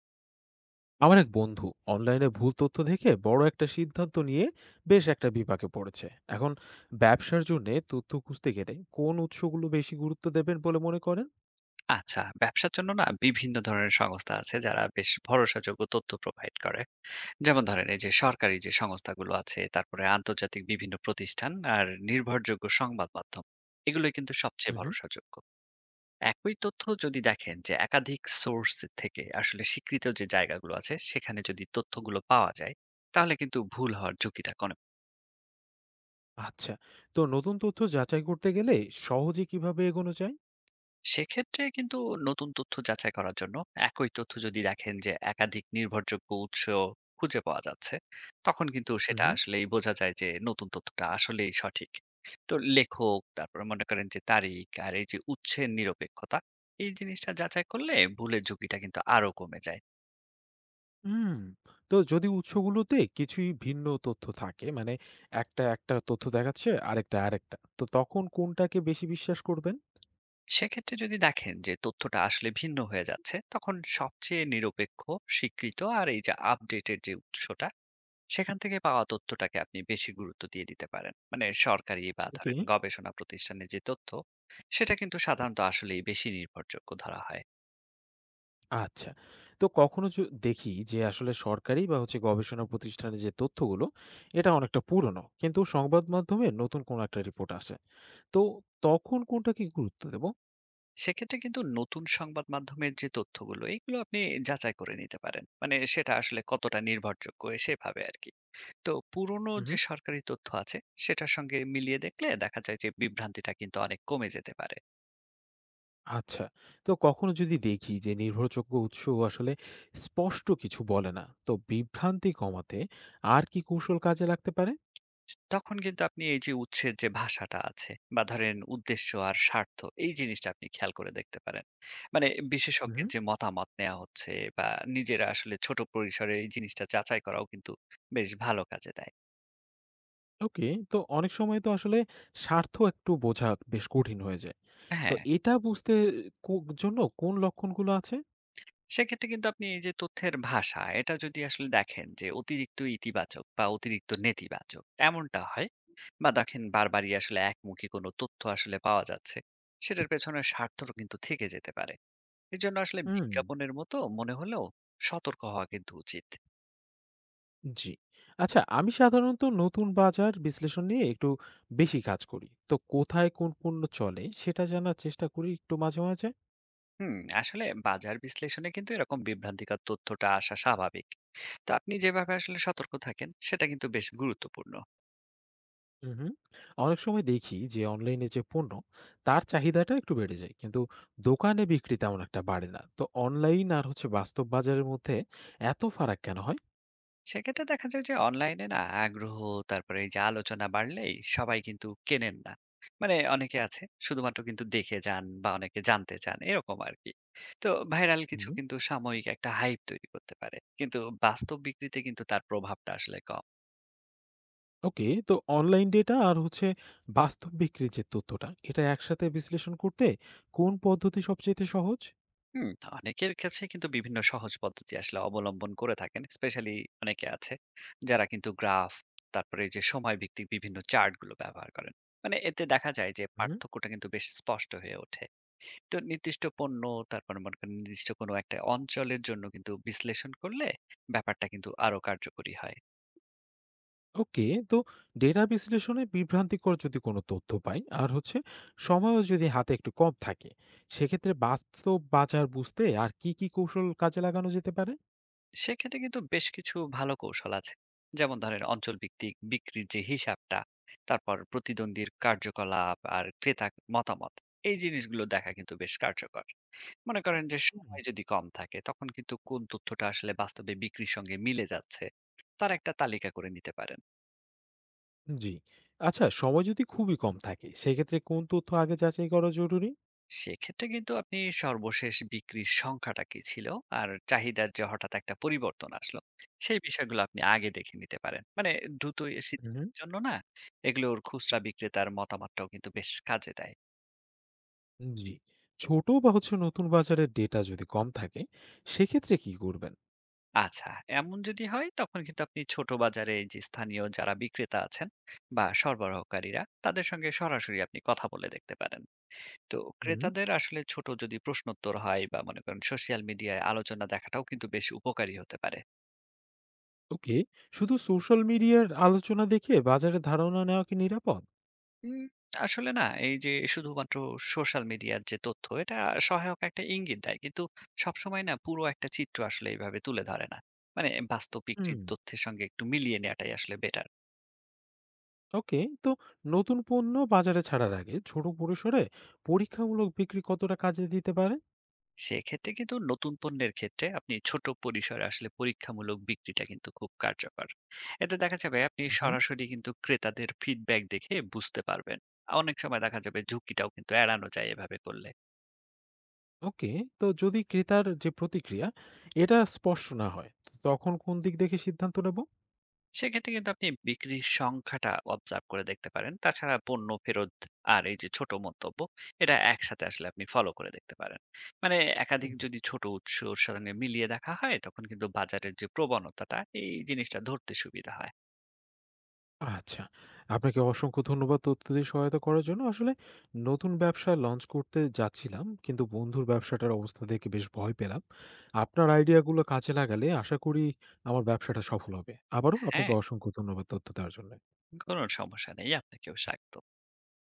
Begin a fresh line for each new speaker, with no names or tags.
আমার এক বন্ধু অনলাইনে ভুল তথ্য দেখে বড় একটা সিদ্ধান্ত নিয়ে বেশ একটা বিপাকে পড়েছে এখন। ব্যবসার জন্য তথ্য খুঁজতে গেলে কোন উৎসগুলো বেশি গুরুত্ব দেবেন বলে মনে করেন?
আচ্ছা, ব্যবসার জন্য না বিভিন্ন ধরনের সংস্থা আছে যারা বেশ ভরসাযোগ্য তথ্য প্রোভাইড করে। যেমন ধরেন এই যে সরকারি যে সংস্থাগুলো আছে, তারপরে আন্তর্জাতিক বিভিন্ন প্রতিষ্ঠান আর নির্ভরযোগ্য সংবাদ মাধ্যম। এগুলোই কিন্তু সবচেয়ে
হুম।
ভরসাযোগ্য। একই তথ্য যদি দেখেন যে একাধিক সোর্স থেকে আসলে স্বীকৃত যে জায়গাগুলো আছে, সেখানে যদি তথ্যগুলো পাওয়া যায়, তাহলে কিন্তু ভুল হওয়ার ঝুঁকিটা কনে।
আচ্ছা, তো নতুন তথ্য যাচাই করতে গেলে সহজে কিভাবে এগোনো যায়?
সেক্ষেত্রে কিন্তু নতুন তথ্য যাচাই করার জন্য একই তথ্য যদি দেখেন যে একাধিক নির্ভরযোগ্য উৎস খুঁজে পাওয়া যাচ্ছে, তখন কিন্তু সেটা
হুম।
আসলেই বোঝা যায় যে নতুন তথ্যটা আসলেই সঠিক। তো লেখক তারপরে মনে করেন যে তারিখ আর এই যে উৎসের নিরপেক্ষতা, এই জিনিসটা যাচাই করলে ভুলের ঝুঁকিটা কিন্তু আরো কমে যায়।
হুম, তো যদি উৎসগুলোতে কিছুই ভিন্ন তথ্য থাকে, মানে একটা একটা তথ্য দেখাচ্ছে আরেকটা আরেকটা, তো তখন কোনটাকে বেশি বিশ্বাস করবেন?
সেক্ষেত্রে যদি দেখেন যে তথ্যটা আসলে ভিন্ন হয়ে যাচ্ছে, তখন সবচেয়ে নিরপেক্ষ স্বীকৃত আর এই যে আপডেটের যে উৎসটা, সেখান থেকে পাওয়া তথ্যটাকে আপনি বেশি গুরুত্ব দিয়ে দিতে পারেন। মানে সরকারি বা
ওকে।
ধরেন গবেষণা প্রতিষ্ঠানের যে তথ্য, সেটা কিন্তু সাধারণত আসলেই বেশি নির্ভরযোগ্য ধরা হয়।
আচ্ছা। তো কখনো দেখি যে আসলে সরকারি বা হচ্ছে গবেষণা প্রতিষ্ঠানের যে তথ্যগুলো, এটা অনেকটা পুরনো। কিন্তু সংবাদ মাধ্যমে নতুন কোনো একটা রিপোর্ট আসে। তো তখন কোনটাকে গুরুত্ব দেব?
সেক্ষেত্রে কিন্তু নতুন সংবাদ মাধ্যমের যে তথ্যগুলো এগুলো আপনি যাচাই করে নিতে পারেন, মানে সেটা আসলে কতটা নির্ভরযোগ্য এ সেভাবে আর কি। তো পুরনো
উহু।
যে সরকারি তথ্য আছে সেটার সঙ্গে মিলিয়ে দেখলে দেখা যায় যে বিভ্রান্তিটা কিন্তু অনেক কমে যেতে পারে।
আচ্ছা। তো কখনো যদি দেখি যে নির্ভরযোগ্য উৎস আসলে স্পষ্ট কিছু বলে না, তো বিভ্রান্তি কমাতে আর কি কৌশল কাজে লাগতে পারে?
তখন কিন্তু আপনি এই যে উৎসের যে ভাষাটা আছে বা ধরেন উদ্দেশ্য আর স্বার্থ, এই জিনিসটা আপনি খেয়াল করে দেখতে পারেন। মানে
উহু।
বিশেষজ্ঞের যে মতামত নেওয়া হচ্ছে বা নিজেরা আসলে ছোট পরিসরে এই জিনিসটা যাচাই করাও কিন্তু বেশ ভালো কাজে দেয়।
ওকে। তো অনেক সময় তো আসলে স্বার্থ একটু বোঝা বেশ কঠিন হয়ে যায়। তো
হ্যাঁ,
এটা বুঝতে কো জন্য কোন লক্ষণগুলো আছে?
সেক্ষেত্রে কিন্তু আপনি এই যে তথ্যের ভাষা এটা যদি আসলে দেখেন যে অতিরিক্ত ইতিবাচক বা অতিরিক্ত নেতিবাচক এমনটা হয় বা দেখেন বারবারই আসলে একমুখী কোনো তথ্য আসলে পাওয়া যাচ্ছে, সেটার পেছনে স্বার্থ কিন্তু থেকে যেতে পারে। এজন্য আসলে
হুম।
বিজ্ঞাপনের মতো মনে হলেও সতর্ক হওয়া কিন্তু উচিত।
জি। আচ্ছা, আমি সাধারণত নতুন বাজার বিশ্লেষণ নিয়ে একটু বেশি কাজ করি। তো কোথায় কোন পণ্য চলে সেটা জানার চেষ্টা করি একটু মাঝে, মাঝে।
হুম, আসলে বাজার বিশ্লেষণে কিন্তু এরকম বিভ্রান্তিকর তথ্যটা আসা স্বাভাবিক। তো আপনি যেভাবে আসলে সতর্ক থাকেন সেটা কিন্তু বেশ গুরুত্বপূর্ণ।
উহু। অনেক সময় দেখি যে অনলাইনে যে পণ্য, তার চাহিদাটা একটু বেড়ে যায়। কিন্তু দোকানে বিক্রি তেমন একটা বাড়ে না। তো অনলাইন আর হচ্ছে বাস্তব বাজারের মধ্যে এত ফারাক কেন হয়?
সেক্ষেত্রে দেখা যায় যে অনলাইনে না আগ্রহ, তারপরে এই যে আলোচনা বাড়লেই সবাই কিন্তু কেনেন না। মানে অনেকে আছে শুধুমাত্র কিন্তু দেখে যান বা অনেকে জানতে চান এরকম আরকি। তো ভাইরাল কিছু
হুম।
কিন্তু সাময়িক একটা হাইপ তৈরি করতে পারে। কিন্তু বাস্তব বিক্রিতে কিন্তু তার প্রভাবটা আসলে কম।
ওকে, তো অনলাইন ডেটা আর হচ্ছে বাস্তব বিক্রির যে তথ্যটা, এটা একসাথে বিশ্লেষণ করতে কোন পদ্ধতি সবচাইতে সহজ?
হুম, তো অনেকের কাছে কিন্তু বিভিন্ন সহজ পদ্ধতি আসলে অবলম্বন করে থাকেন। স্পেশালি অনেকে আছে যারা কিন্তু গ্রাফ, তারপরে এই যে সময় ভিত্তিক বিভিন্ন চার্ট গুলো ব্যবহার করেন। মানে এতে দেখা যায় যে
হুম।
পার্থক্যটা কিন্তু বেশ স্পষ্ট হয়ে ওঠে। তো নির্দিষ্ট পণ্য, তারপর মনে করেন নির্দিষ্ট কোনো একটা অঞ্চলের জন্য কিন্তু বিশ্লেষণ করলে ব্যাপারটা কিন্তু আরো কার্যকরী হয়।
ওকে, তো ডেটা বিশ্লেষণে বিভ্রান্তিকর যদি কোনো তথ্য পাই আর হচ্ছে সময়ও যদি হাতে একটু কম থাকে, সেক্ষেত্রে বাস্তব বাজার বুঝতে আর কি কি কৌশল কাজে লাগানো যেতে পারে?
সেক্ষেত্রে কিন্তু বেশ কিছু ভালো কৌশল আছে, যেমন ধরেন অঞ্চল ভিত্তিক বিক্রির যে হিসাবটা, তারপর প্রতিদ্বন্দ্বীর কার্যকলাপ আর ক্রেতা মতামত, এই জিনিসগুলো দেখা কিন্তু বেশ কার্যকর। মনে করেন যে
হুম,
সময় যদি কম থাকে তখন কিন্তু কোন তথ্যটা আসলে বাস্তবে বিক্রির সঙ্গে মিলে যাচ্ছে তার একটা তালিকা করে নিতে পারেন।
জি। আচ্ছা, সময় যদি খুবই কম থাকে সেক্ষেত্রে কোন তথ্য আগে যাচাই করা জরুরি?
সেক্ষেত্রে কিন্তু আপনি সর্বশেষ বিক্রির সংখ্যাটা কি ছিল আর চাহিদার যে হঠাৎ একটা পরিবর্তন আসলো, সেই বিষয়গুলো আপনি আগে দেখে নিতে পারেন। মানে দ্রুত এ
হুম।
সিদ্ধান্তের জন্য না, এগুলোর খুচরা বিক্রেতার মতামতটাও কিন্তু বেশ কাজে দেয়।
জি। ছোট বা হচ্ছে নতুন বাজারের ডেটা যদি কম থাকে, সেক্ষেত্রে কি করবেন?
আচ্ছা, এমন যদি হয় তখন কিন্তু আপনি ছোট বাজারে যে স্থানীয় যারা বিক্রেতা আছেন বা সরবরাহকারীরা তাদের সঙ্গে সরাসরি আপনি কথা বলে দেখতে পারেন। তো
হুম।
ক্রেতাদের আসলে ছোট যদি প্রশ্নোত্তর হয় বা মনে করেন সোশ্যাল মিডিয়ায় আলোচনা দেখাটাও কিন্তু বেশ উপকারী হতে পারে।
ওকে। শুধু সোশ্যাল মিডিয়ার আলোচনা দেখে বাজারের ধারণা নেওয়া কি নিরাপদ?
উম আসলে না, এই যে শুধুমাত্র সোশ্যাল মিডিয়ার যে তথ্য এটা সহায়ক একটা ইঙ্গিত দেয়, কিন্তু সবসময় না পুরো একটা চিত্র আসলে এইভাবে তুলে ধরে না। মানে বাস্তবিক যে
হুম।
তথ্যের সঙ্গে একটু মিলিয়ে নেওয়াটাই আসলে বেটার।
ওকে, তো নতুন পণ্য বাজারে ছাড়ার আগে ছোট পরিসরে পরীক্ষামূলক বিক্রি কতটা কাজে দিতে পারে?
সেক্ষেত্রে কিন্তু নতুন পণ্যের ক্ষেত্রে আপনি ছোট পরিসরে আসলে পরীক্ষামূলক বিক্রিটা কিন্তু খুব কার্যকর। এতে দেখা যাবে আপনি
হুম।
সরাসরি কিন্তু ক্রেতাদের ফিডব্যাক দেখে বুঝতে পারবেন। অনেক সময় দেখা যাবে ঝুঁকিটাও কিন্তু এড়ানো যায় এভাবে করলে।
ওকে, তো যদি ক্রেতার যে প্রতিক্রিয়া এটা স্পষ্ট না হয়, তো তখন কোন দিক দেখে সিদ্ধান্ত নেব?
সেক্ষেত্রে কিন্তু আপনি বিক্রির সংখ্যাটা অবজার্ভ করে দেখতে পারেন। তাছাড়া পণ্য ফেরত আর এই যে ছোট মন্তব্য, এটা একসাথে আসলে আপনি ফলো করে দেখতে পারেন। মানে একাধিক
হুম।
যদি ছোট উৎসর সাথে মিলিয়ে দেখা হয় তখন কিন্তু বাজারের যে প্রবণতাটা এই জিনিসটা ধরতে সুবিধা হয়।
আচ্ছা, আপনাকে অসংখ্য ধন্যবাদ তথ্য দিয়ে সহায়তা করার জন্য। আসলে নতুন ব্যবসা লঞ্চ করতে যাচ্ছিলাম, কিন্তু বন্ধুর ব্যবসাটার অবস্থা দেখে বেশ ভয় পেলাম। আপনার আইডিয়াগুলো কাজে লাগালে আশা করি আমার ব্যবসাটা সফল হবে। আবারও
হ্যাঁ,
আপনাকে অসংখ্য ধন্যবাদ তথ্য দেওয়ার জন্য।
কোনো সমস্যা নেই, আপনাকেও স্বাগত।